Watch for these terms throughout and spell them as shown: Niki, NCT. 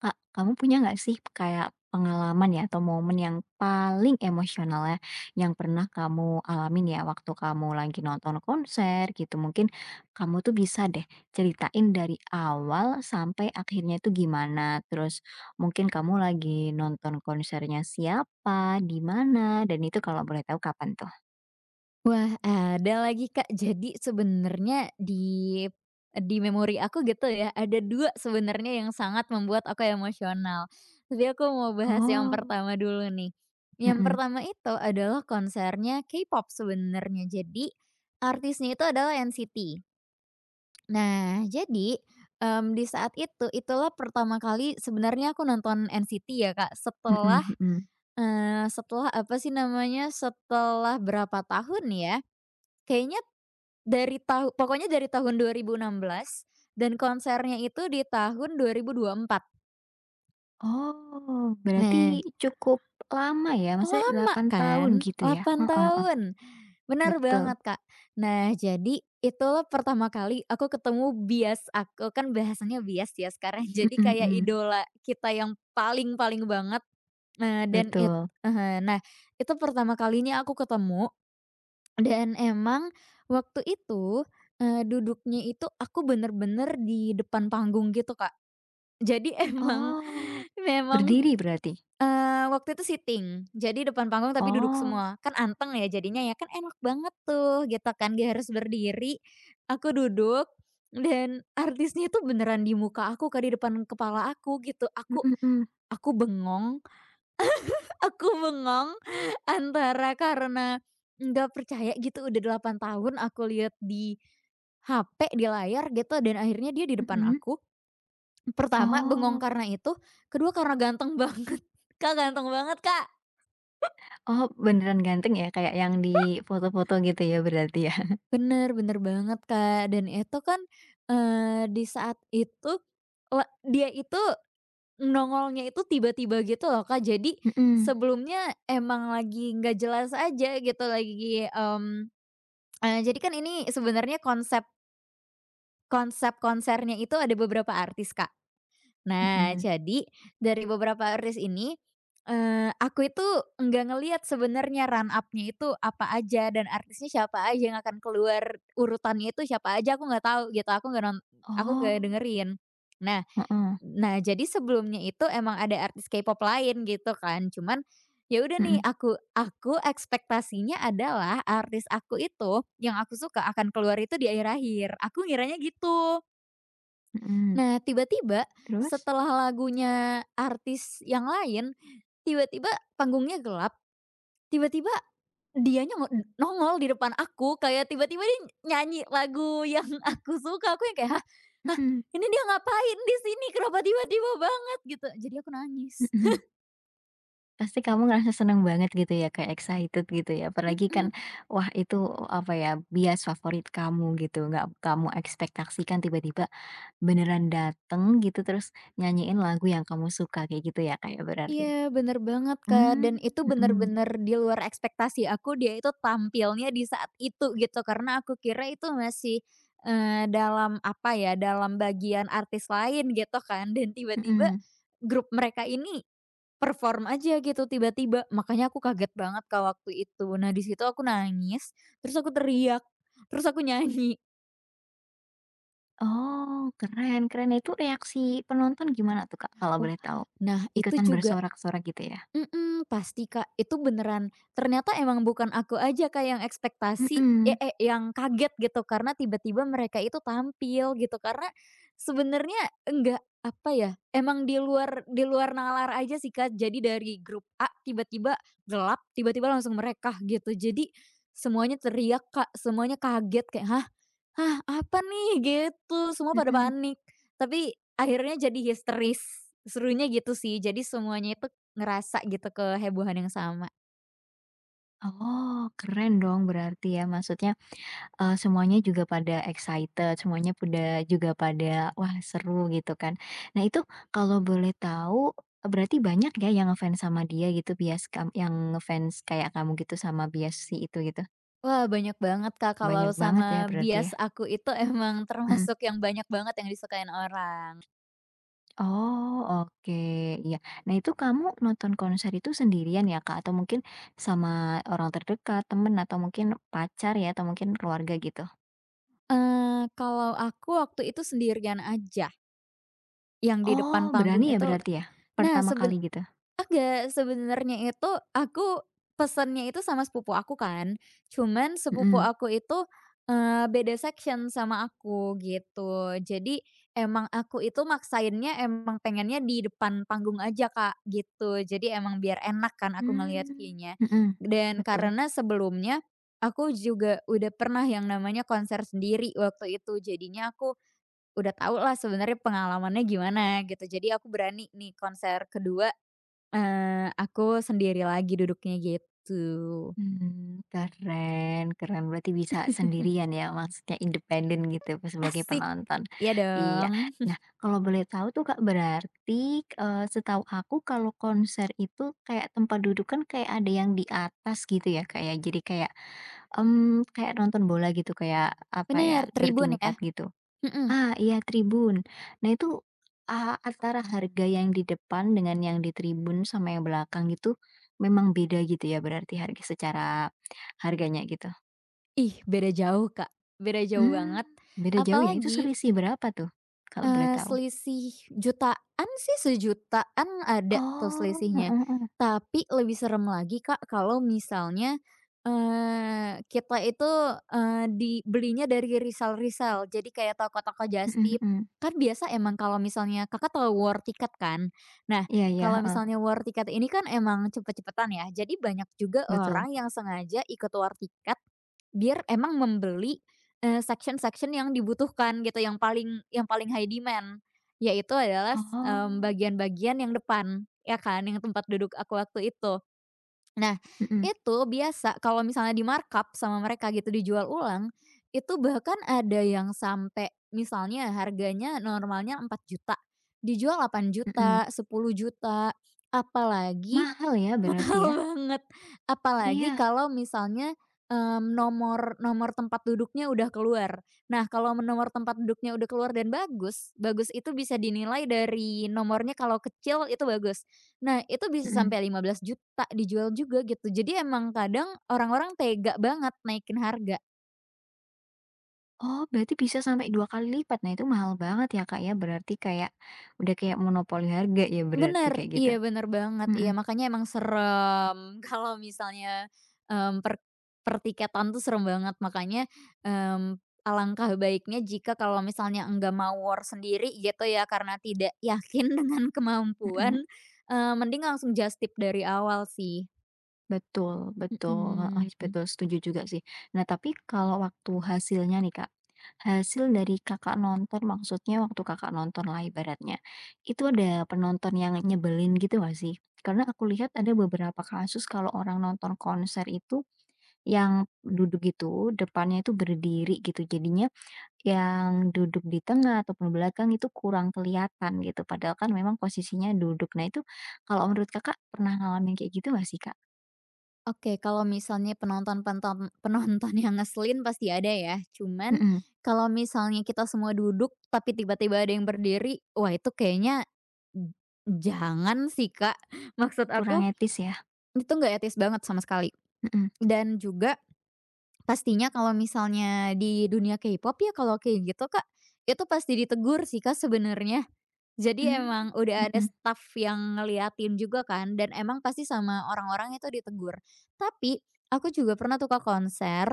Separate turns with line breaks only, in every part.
Kak, kamu punya nggak sih kayak pengalaman ya atau momen yang paling emosional ya, yang pernah kamu alamin ya waktu kamu lagi nonton konser gitu? Mungkin kamu tuh bisa deh ceritain dari awal sampai akhirnya itu gimana, terus mungkin kamu lagi nonton konsernya siapa, di mana, dan itu kalau boleh tahu kapan tuh?
Wah, ada lagi, Kak. Jadi sebenarnya di memori aku gitu ya, ada 2 sebenarnya yang sangat membuat aku emosional. Tapi aku mau bahas yang
Oh,
pertama dulu nih. Yang
mhm
pertama itu adalah konsernya K-pop sebenarnya. Jadi artisnya itu adalah NCT. Nah, jadi, di saat itu, itulah pertama kali sebenarnya aku nonton NCT ya, Kak, setelah,
mhm mhm.
setelah apa sih namanya, setelah berapa tahun ya, kayaknya dari tahu pokoknya dari tahun 2016 dan konsernya itu di tahun 2024.
Oh, berarti
Nah,
cukup lama ya, maksudnya
lama
8 tahun
kan?
gitu ya?
delapan
Heeh heeh,
tahun, benar
betul.
banget, Kak. Nah, jadi itulah pertama kali aku ketemu bias aku, kan bahasanya bias ya sekarang, jadi
Mhm
kayak
mhm,
idola kita yang paling-paling banget, eee, dan it
betul.
heeh, nah, itu pertama kalinya aku ketemu dan emang waktu itu, duduknya itu aku bener-bener di depan panggung gitu, Kak. Jadi emang
Oh,
memang,
berdiri berarti?
waktu itu syuting, jadi depan panggung tapi duduk
Oh,
semua, kan anteng ya jadinya ya, kan enak banget tuh gitu kan, nggak harus berdiri, aku duduk dan artisnya tuh beneran di muka aku, Kak, di depan kepala aku gitu, aku
mhm mhm,
aku bengong. Aku bengong antara karena nggak percaya gitu, udah 8 tahun aku lihat di HP, di layar gitu dan akhirnya dia di depan
mhm,
aku. Pertama bengong
oh
karena itu, kedua karena ganteng banget, Kak, ganteng banget, Kak.
oh beneran ganteng ya kayak yang di foto-foto gitu ya berarti ya?
Bener bener banget, Kak, dan itu kan, di saat itu dia itu nongolnya itu tiba-tiba gitu loh, Kak, jadi
Mhm,
sebelumnya emang lagi nggak jelas aja gitu lagi, jadi kan ini sebenarnya konsep konsep konsernya itu ada beberapa artis, Kak. Nah,
mhm.
jadi dari beberapa artis ini, aku itu nggak ngelihat sebenarnya run up-nya itu apa aja dan artisnya siapa aja yang akan keluar urutannya itu siapa aja aku nggak tahu gitu, aku nggak
Oh,
dengerin. Nah
heeh,
nah jadi sebelumnya itu emang ada artis K-pop lain gitu kan, cuman ya udah nih
mhm
aku ekspektasinya adalah artis aku itu yang aku suka akan keluar itu di akhir-akhir, aku ngiranya gitu.
mhm,
Nah, tiba-tiba
terus?
setelah lagunya artis yang lain, tiba-tiba panggungnya gelap, tiba-tiba dianya ngo nongol di depan aku, kayak tiba-tiba dia nyanyi lagu yang aku suka, aku yang kayak, "Hah? Hah?
Mhm,
Ini dia ngapain di sini? Kenapa tiba-tiba banget?" Gitu. Jadi aku nangis.
mhm. Pasti kamu ngerasa seneng banget gitu ya, kayak excited gitu ya, apalagi kan,
Mhm.
wah itu, apa ya, bias favorit kamu gitu, nggak kamu ekspektasikan tiba-tiba beneran dateng gitu, terus nyanyiin lagu yang kamu suka, kayak gitu ya, Kak, ya, berarti?
Iya, bener banget, Kak,
Mmm,
dan itu
mhm
bener-bener di luar ekspektasi aku, dia itu tampilnya di saat itu gitu, karena aku kira itu masih, dalam apa ya, dalam bagian artis lain gitu kan, dan tiba-tiba
mhm.
grup mereka ini perform aja gitu tiba-tiba, makanya aku kaget banget, Kak, waktu itu. Nah, di situ aku nangis, terus aku teriak, terus aku nyanyi.
Oh, keren keren. Itu reaksi penonton gimana tuh, Kak, kalau
Wah,
boleh tahu?
nah itu
Ikutan
juga.
bersorak-sorak gitu ya?
Mhm, pasti Kak, itu beneran ternyata emang bukan aku aja Kak yang
Mhm
yang kaget gitu karena tiba-tiba mereka itu tampil gitu, karena sebenarnya enggak, apa ya, emang di luar nalar aja sih, Kak. Jadi dari grup A tiba-tiba gelap, tiba-tiba langsung mereka gitu. Jadi semuanya teriak, Kak, semuanya kaget kayak, "Hah? Hah, apa nih?" gitu, semua pada
mhm.
panik. Tapi akhirnya jadi histeris, serunya gitu sih. Jadi semuanya itu ngerasa gitu kehebohan yang sama.
Oh, keren dong berarti ya, maksudnya semuanya juga pada excited, semuanya pada juga pada, "Wah, seru," gitu kan. Nah, itu kalau boleh tahu, berarti banyak ya yang ngefans sama dia gitu, bias yang ngefans kayak kamu gitu sama bias si itu gitu?
Wah, banyak banget, Kak, kalau
Banyak
sama
banget ya berarti ya?
bias aku itu emang
Mhm.
termasuk yang banyak banget yang disukain orang.
Oh, oke, iya. Nah, itu kamu nonton konser itu sendirian ya, Kak? Atau mungkin sama orang terdekat, temen, atau mungkin pacar ya, atau mungkin keluarga gitu?
Kalau aku waktu itu sendirian aja yang di
Oh,
depan panggung
berani ya
itu.
berarti ya?
nah
Pertama
sebe
kali gitu?
sebenarnya itu aku pesennya itu sama sepupu aku kan, cuman sepupu
Mhm.
aku itu, beda section sama aku gitu. Jadi emang aku itu maksainnya emang pengennya di depan panggung aja, Kak, gitu. Jadi emang biar enak kan aku ngelihat
Mmm,
view-nya.
mhm,
Dan
betul.
karena sebelumnya aku juga udah pernah yang namanya konser sendiri waktu itu, jadinya aku udah tau lah sebenarnya pengalamannya gimana gitu. Jadi aku berani nih konser kedua. Aku sendiri lagi duduknya gitu.
Keren keren, berarti bisa sendirian ya, maksudnya independen gitu ya, sebagai
Asik.
penonton.
Iya
Iya.
dong.
Nah, kalau boleh tahu tuh, Kak, berarti, setahu aku kalau konser itu kayak tempat duduk kan kayak ada yang di atas gitu ya, Kak, ya? Jadi kayak nonton bola gitu, kayak apa ya,
Bener, Tribun ya?
bertingkat gitu.
Mhm.
Ah, iya tribun. Nah itu, antara harga yang di depan dengan yang di tribun sama yang belakang gitu, memang beda gitu ya berarti harga secara harganya gitu?
Ih, beda jauh Kak, beda jauh banget.
Hmm, beda jauh ya? Itu
Apalagi.
selisih berapa tuh, kalau boleh tahu?
Selisih jutaan sih, sejutaan ada tuh
Oh,
selisihnya.
heeh heeh,
Tapi lebih serem lagi, Kak, kalau misalnya, kita itu, eee, di dari resell-resell, jadi kayak toko-toko just
mhm
tip.
mhm.
Kan biasa emang kalau misalnya Kakak tahu war tiket kan? Nah,
Iya iya,
kalau
heeh,
misalnya war tiket ini kan emang cepet-cepetan ya, jadi banyak juga
betul.
orang yang sengaja ikut war tiket biar emang membeli. Section-section yang dibutuhkan gitu, yang paling high demand, yaitu adalah
Oh,
bagian-bagian yang depan, ya kan, yang tempat duduk aku waktu itu. Nah,
mhm
itu biasa kalau misalnya di-markup sama mereka gitu, dijual ulang, itu bahkan ada yang sampai misalnya harganya normalnya 4 juta, dijual delapan
mhm.
juta, 10 juta, apalagi.
Mahal ya
Mahal
berarti ya?
banget. Apalagi
Iya,
kalau misalnya, nomor nomor tempat duduknya udah keluar. Nah, kalau nomor tempat duduknya udah keluar dan bagus, bagus itu bisa dinilai dari nomornya kalau kecil itu bagus. Nah, itu bisa
mhm.
sampai 15 juta dijual juga gitu. Jadi emang kadang orang-orang tega banget naikin harga.
Oh, berarti bisa sampai 2 kali lipat. Nah, itu mahal banget ya, Kak, ya. Berarti kayak udah kayak monopoli harga ya berarti
Bener,
kayak gitu.
iya bener banget,
Mhm
iya makanya emang serem kalau misalnya, mmm, per pertiketan tuh serem banget makanya, mmm, alangkah baiknya jika kalau misalnya enggak mau war sendiri gitu ya karena tidak yakin dengan
mhm.
kemampuan, mending langsung just tip dari awal sih.
Betul betul, heeh,
Mhm.
betul setuju juga sih. Nah, tapi kalau waktu hasilnya nih, Kak, hasil dari Kakak nonton maksudnya waktu Kakak nontonlah ibaratnya, itu ada penonton yang nyebelin gitu nggak sih? Karena aku lihat ada beberapa kasus kalau orang nonton konser itu yang duduk gitu, depannya itu berdiri gitu, jadinya yang duduk di tengah ataupun belakang itu kurang kelihatan gitu, padahal kan memang posisinya duduk. Nah itu kalau menurut Kakak pernah ngalamin kayak gitu nggak sih, Kak?
Oke, kalau misalnya penonton penonton penonton yang ngeselin pasti ada ya, cuman
Mhm,
kalau misalnya kita semua duduk tapi tiba-tiba ada yang berdiri, wah itu kayaknya j jangan sih, Kak. Maksud
kurang
aku,
etis ya?
itu nggak etis banget sama sekali.
Mhm.
Dan juga pastinya kalau misalnya di dunia K-pop ya kalau kayak gitu, Kak, itu pasti ditegur sih, Kak, sebenarnya. Jadi
Mmm,
emang udah ada
mhm
staff yang ngeliatin juga kan dan emang pasti sama orang-orang itu ditegur. Tapi aku juga pernah tuh, Kak, konser,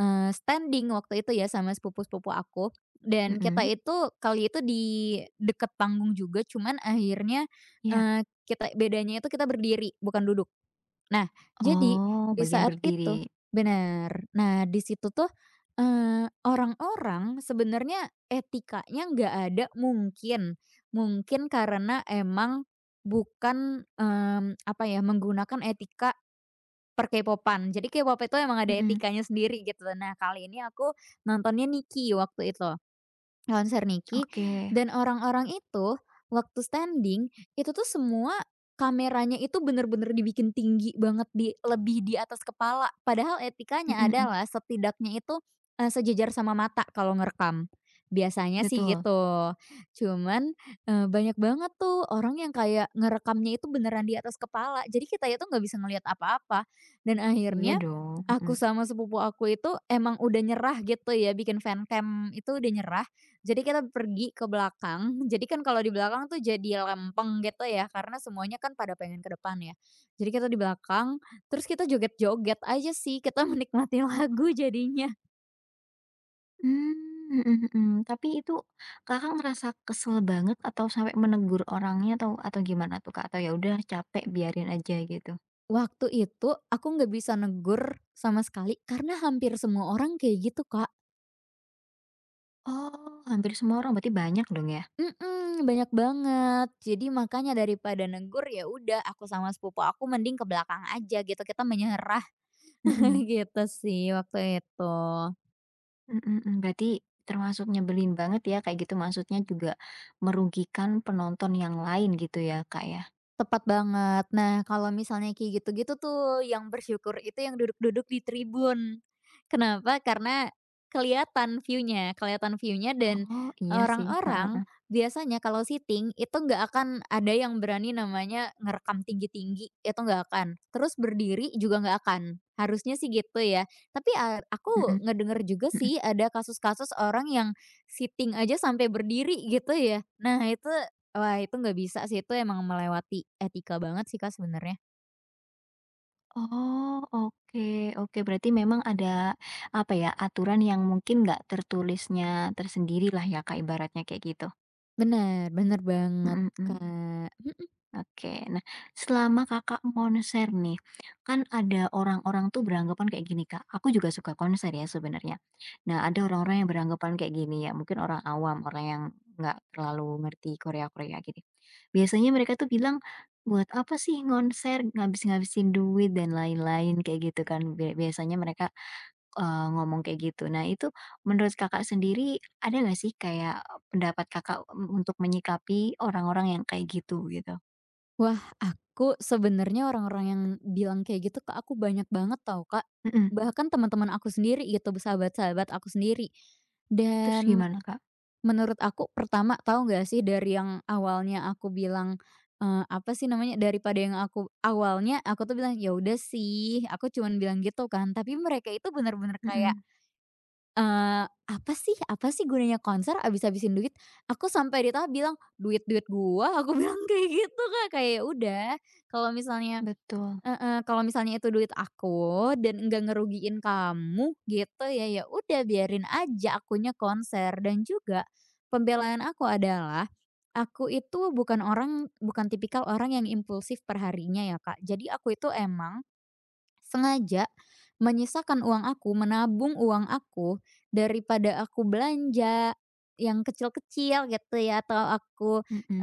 standing waktu itu ya sama sepupu-sepupu aku dan kita
mhm,
itu kali itu di deket panggung juga, cuman akhirnya,
iya.
kita bedanya itu kita berdiri bukan duduk. Nah, jadi
Oh,
di
bagian
saat itu
berdiri.
benar. Nah, di situ tuh, orang-orang sebenarnya etikanya nggak ada mungkin. Mungkin karena emang bukan, apa ya, menggunakan etika per k pop. Jadi K-pop itu emang ada
Mhm,
etikanya sendiri gitu. Nah, kali ini aku nontonnya Nicky waktu itu. Konser Niki
oke.
dan orang-orang itu waktu standing, itu tuh semua kameranya itu bener-bener dibikin tinggi banget di lebih di atas kepala. Padahal
Mhm
etikanya
mhm,
adalah setidaknya itu, sejajar sama mata kalau ngerekam. Biasanya sih
betul.
gitu. Cuman, banyak banget tuh orang yang kayak ngerekamnya itu beneran di atas kepala. Jadi kita itu nggak bisa ngelihat apa-apa dan
Iya
akhirnya
dong,
aku
mhm.
sama sepupu aku itu emang udah nyerah gitu ya bikin fancam itu udah nyerah, jadi kita pergi ke belakang, jadi kan kalau di belakang tuh jadi lempeng gitu ya, karena semuanya kan pada pengen ke depan ya. Jadi kita di belakang, terus kita joget-joget aja sih, kita menikmati lagu jadinya.
Mmm, mhm mhm, tapi itu Kakak ngerasa kesel banget atau sampai menegur orangnya atau gimana tuh, Kak? Atau ya udah capek biarin aja gitu?
Waktu itu aku nggak bisa negur sama sekali karena hampir semua orang kayak gitu, Kak.
Oh, hampir semua orang, berarti banyak dong ya?
Mhm, banyak banget. Jadi makanya daripada negur, ya udah aku sama sepupu aku mending ke belakang aja gitu, kita menyerah
Mhm,
gitu sih waktu itu.
mhm mhm, berarti termasuk nyebelin banget ya kayak gitu, maksudnya juga merugikan penonton yang lain gitu ya, Kak, ya?
Tepat banget. Nah, kalau misalnya kayak gitu-gitu tuh yang bersyukur itu yang duduk-duduk di tribun. Kenapa? Karena kelihatan view-nya dan
Oh, iya sih,
orang-orang
heeh,
biasanya kalau sitting itu nggak akan ada yang berani namanya ngerekam tinggi-tinggi, itu nggak akan. Terus berdiri juga nggak akan, harusnya sih gitu ya. Tapi, aku
mhm
ngedenger juga
mhm.
sih ada kasus-kasus orang yang sitting aja sampai berdiri gitu ya. Nah itu. Wah, itu nggak bisa sih, itu emang melewati etika banget sih, Kak, sebenarnya.
Oh, oke oke, berarti memang ada, apa ya, aturan yang mungkin nggak tertulisnya tersendiri lah ya, Kak, ibaratnya kayak gitu?
Bener bener banget,
Mhm mhm.
Kak, mhm.
Oke. Nah, selama Kakak konser nih, kan ada orang-orang tuh beranggapan kayak gini, Kak, aku juga suka konser ya sebenarnya. Nah, ada orang-orang yang beranggapan kayak gini ya, mungkin orang awam, orang yang nggak terlalu ngerti Korea-Korea gitu. Biasanya mereka tuh bilang, "Buat apa sih konser ngabis-ngabisin duit dan lain-lain," kayak gitu kan. Biasanya mereka, ngomong kayak gitu. Nah, itu menurut Kakak sendiri ada nggak sih kayak pendapat Kakak, untuk menyikapi orang-orang yang kayak gitu, gitu?
Wah, aku sebenarnya orang-orang yang bilang kayak gitu ke aku banyak banget tau, Kak.
Mhm,
Bahkan teman-teman aku sendiri gitu, sahabat-sahabat aku sendiri.
terus
Dan
gimana, Kak?
menurut aku pertama tahu nggak sih dari yang awalnya aku bilang, apa sih namanya, daripada yang awalnya aku tuh bilang, "Ya udah sih," aku cuman bilang gitu kan, tapi mereka itu bener-bener kayak.
Mhm,
Apa sih gunanya konser abis abisin duit? Aku sampai di tahap bilang, "Duit-duit gua," aku bilang kayak gitu, Kak, kayak ya udah kalau misalnya
betul,
heeh, kalau misalnya itu duit aku dan enggak ngerugiin kamu gitu ya, ya udah biarin aja akunya konser dan juga pembelaan aku adalah, aku itu bukan orang bukan tipikal orang yang impulsif per harinya ya, Kak. Jadi aku itu emang sengaja menyisakan uang aku, menabung uang aku, daripada aku belanja yang kecil-kecil gitu ya, atau aku,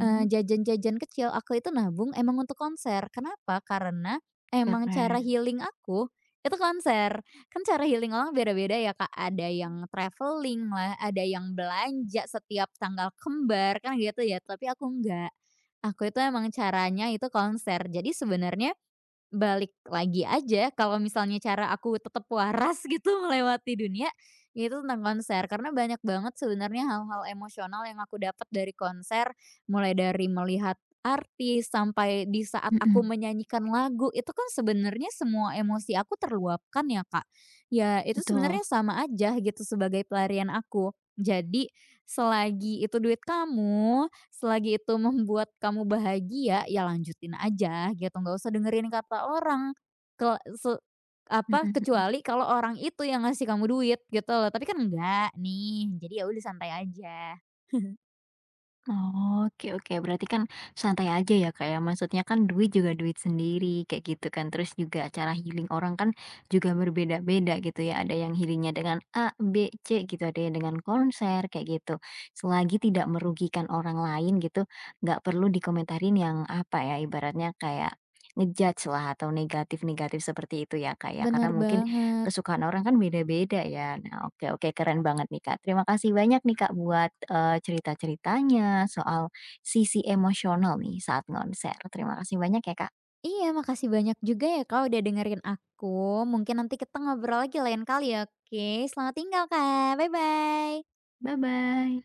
jajan-jajan kecil, aku itu nabung emang untuk konser. Kenapa? Karena emang cara
keren,
healing aku itu konser. Kan cara healing orang beda-beda ya, Kak, ada yang traveling lah, ada yang belanja setiap tanggal kembar, kan gitu ya, tapi aku enggak. Aku itu emang caranya itu konser. Jadi sebenarnya balik lagi aja kalau misalnya cara aku tetap waras gitu melewati dunia, yaitu tentang konser. Karena banyak banget sebenarnya hal-hal emosional yang aku dapat dari konser, mulai dari melihat artis sampai di saat aku
mhm,
menyanyikan lagu, itu kan sebenarnya semua emosi aku terluapkan ya, Kak. Ya itu
betul,
sebenarnya sama aja gitu sebagai pelarian aku. Jadi selagi itu duit kamu, selagi itu membuat kamu bahagia, ya lanjutin aja gitu, nggak usah dengerin kata orang. Ke se
mhm
apa,
mhm.
kecuali kalau orang itu yang ngasih kamu duit gitu loh, tapi kan enggak nih, jadi ya udah santai aja.
Oke oke, berarti kan santai aja ya, Kak, ya, maksudnya kan duit juga duit sendiri kayak gitu kan, terus juga cara healing orang kan juga berbeda-beda gitu ya, ada yang healingnya dengan A, B, C gitu, ada yang dengan konser kayak gitu. Selagi tidak merugikan orang lain gitu, nggak perlu dikomentarin yang apa ya, ibaratnya kayak ngejudge lah atau negatif-negatif seperti itu ya, Kak, ya,
Bener
karena mungkin
banget.
kesukaan orang kan beda-beda ya. Nah, oke oke keren banget nih, Kak. Terima kasih banyak nih, Kak, buat, cerita-ceritanya soal sisi emosional nih saat konser. Terima kasih banyak ya, Kak.
Iya, makasih banyak juga ya kau udah dengerin aku. Mungkin nanti kita ngobrol lagi lain kali ya, oke? Selamat tinggal Kak, bye-bye.
Bye-bye.